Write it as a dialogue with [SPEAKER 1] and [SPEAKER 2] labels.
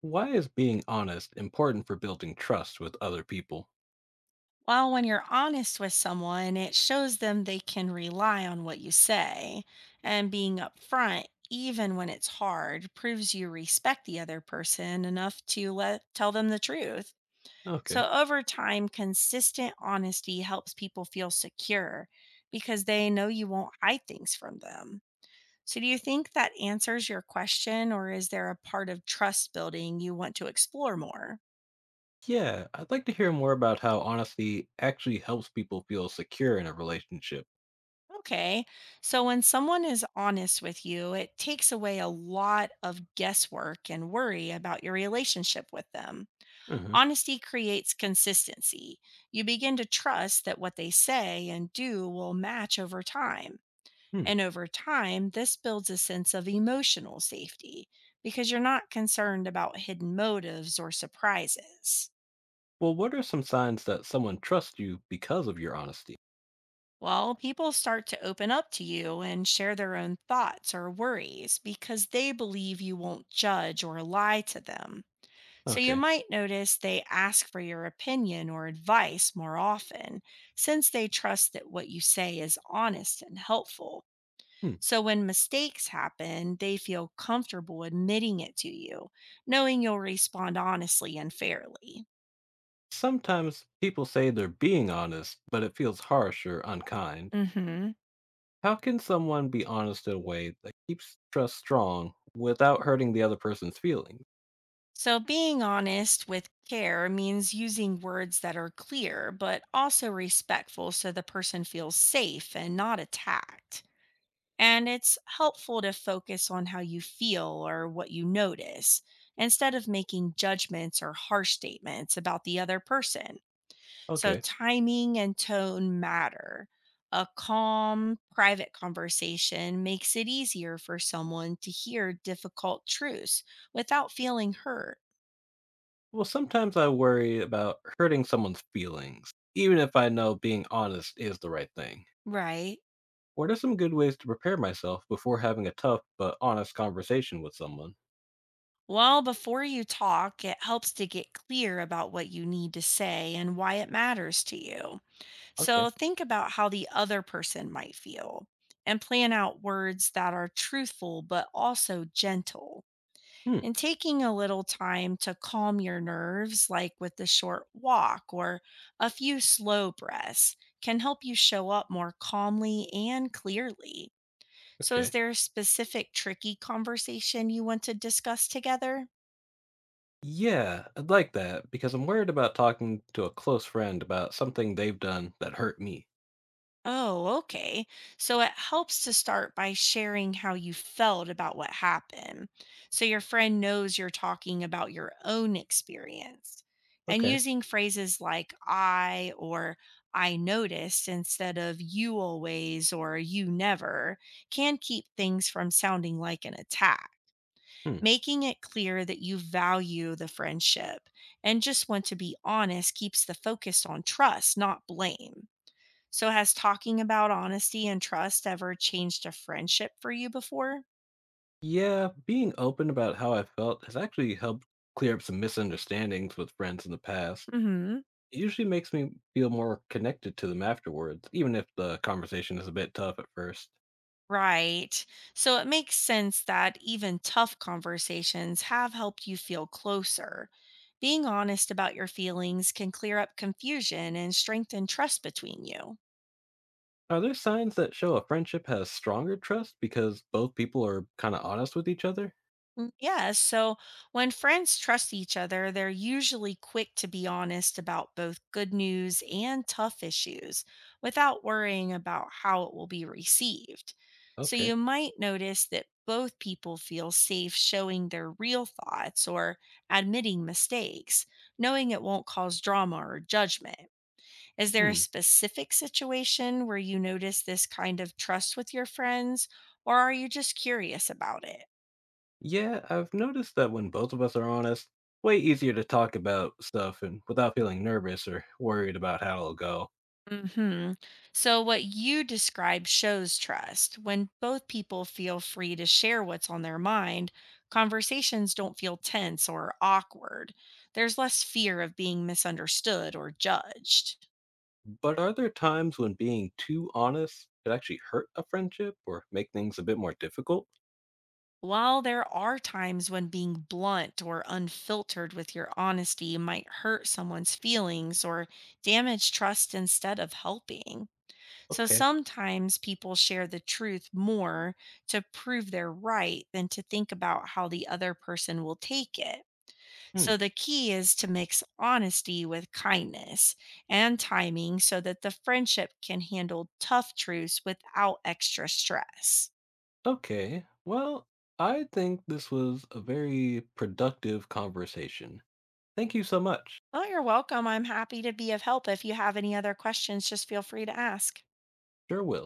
[SPEAKER 1] Why is being honest important for building trust with other people?
[SPEAKER 2] Well, when you're honest with someone, it shows them they can rely on what you say. And being upfront, even when it's hard, proves you respect the other person enough to let tell them the truth.
[SPEAKER 1] Okay.
[SPEAKER 2] So over time, consistent honesty helps people feel secure because they know you won't hide things from them. So do you think that answers your question, or is there a part of trust building you want to explore more?
[SPEAKER 1] Yeah, I'd like to hear more about how honesty actually helps people feel secure in a relationship.
[SPEAKER 2] Okay. So when someone is honest with you, it takes away a lot of guesswork and worry about your relationship with them.
[SPEAKER 1] Uh-huh.
[SPEAKER 2] Honesty creates consistency. You begin to trust that what they say and do will match over time.
[SPEAKER 1] Hmm.
[SPEAKER 2] And over time, this builds a sense of emotional safety because you're not concerned about hidden motives or surprises.
[SPEAKER 1] Well, what are some signs that someone trusts you because of your honesty?
[SPEAKER 2] Well, people start to open up to you and share their own thoughts or worries because they believe you won't judge or lie to them. So you
[SPEAKER 1] Okay.
[SPEAKER 2] might notice they ask for your opinion or advice more often since they trust that what you say is honest and helpful.
[SPEAKER 1] Hmm.
[SPEAKER 2] So when mistakes happen, they feel comfortable admitting it to you, knowing you'll respond honestly and fairly.
[SPEAKER 1] Sometimes people say they're being honest, but it feels harsh or unkind.
[SPEAKER 2] Mhm.
[SPEAKER 1] How can someone be honest in a way that keeps trust strong without hurting the other person's feelings?
[SPEAKER 2] So, being honest with care means using words that are clear, but also respectful so the person feels safe and not attacked. And it's helpful to focus on how you feel or what you notice instead of making judgments or harsh statements about the other person. So,
[SPEAKER 1] Okay.
[SPEAKER 2] timing and tone matter. A calm, private conversation makes it easier for someone to hear difficult truths without feeling hurt.
[SPEAKER 1] Well, sometimes I worry about hurting someone's feelings, even if I know being honest is the right thing.
[SPEAKER 2] Right.
[SPEAKER 1] What are some good ways to prepare myself before having a tough but honest conversation with someone?
[SPEAKER 2] Well, before you talk, it helps to get clear about what you need to say and why it matters to you.
[SPEAKER 1] Okay.
[SPEAKER 2] So think about how the other person might feel, and plan out words that are truthful but also gentle.
[SPEAKER 1] Hmm.
[SPEAKER 2] And taking a little time to calm your nerves, like with a short walk or a few slow breaths, can help you show up more calmly and clearly. So, is
[SPEAKER 1] Okay.
[SPEAKER 2] there a specific tricky conversation you want to discuss together?
[SPEAKER 1] Yeah, I'd like that because I'm worried about talking to a close friend about something they've done that hurt me.
[SPEAKER 2] Oh, okay. So it helps to start by sharing how you felt about what happened. So your friend knows you're talking about your own experience, and
[SPEAKER 1] Okay.
[SPEAKER 2] using phrases like I or I noticed instead of you always or you never can keep things from sounding like an attack.
[SPEAKER 1] Hmm.
[SPEAKER 2] Making it clear that you value the friendship and just want to be honest keeps the focus on trust, not blame. So, has talking about honesty and trust ever changed a friendship for you before?
[SPEAKER 1] Yeah, being open about how I felt has actually helped clear up some misunderstandings with friends in the past.
[SPEAKER 2] Hmm.
[SPEAKER 1] It usually makes me feel more connected to them afterwards, even if the conversation is a bit tough at first.
[SPEAKER 2] Right. So, it makes sense that even tough conversations have helped you feel closer. Being honest about your feelings can clear up confusion and strengthen trust between you.
[SPEAKER 1] Are there signs that show a friendship has stronger trust because both people are kind of honest with each other?
[SPEAKER 2] Yeah, so when friends trust each other, they're usually quick to be honest about both good news and tough issues without worrying about how it will be received. So
[SPEAKER 1] Okay.
[SPEAKER 2] you might notice that both people feel safe showing their real thoughts or admitting mistakes, knowing it won't cause drama or judgment. Is there a
[SPEAKER 1] Hmm.
[SPEAKER 2] specific situation where you notice this kind of trust with your friends, or are you just curious about it?
[SPEAKER 1] Yeah, I've noticed that when both of us are honest, way easier to talk about stuff and without feeling nervous or worried about how it'll go.
[SPEAKER 2] Hmm. So, what you describe shows trust. When both people feel free to share what's on their mind, conversations don't feel tense or awkward. There's less fear of being misunderstood or judged.
[SPEAKER 1] But are there times when being too honest could actually hurt a friendship or make things a bit more difficult?
[SPEAKER 2] While there are times when being blunt or unfiltered with your honesty might hurt someone's feelings or damage trust instead of helping, so
[SPEAKER 1] Okay.
[SPEAKER 2] sometimes people share the truth more to prove they're right than to think about how the other person will take it.
[SPEAKER 1] Hmm.
[SPEAKER 2] So the key is to mix honesty with kindness and timing so that the friendship can handle tough truths without extra stress.
[SPEAKER 1] Okay. Well, I think this was a very productive conversation. Thank you so much.
[SPEAKER 2] Oh, you're welcome. I'm happy to be of help. If you have any other questions, just feel free to ask.
[SPEAKER 1] Sure will.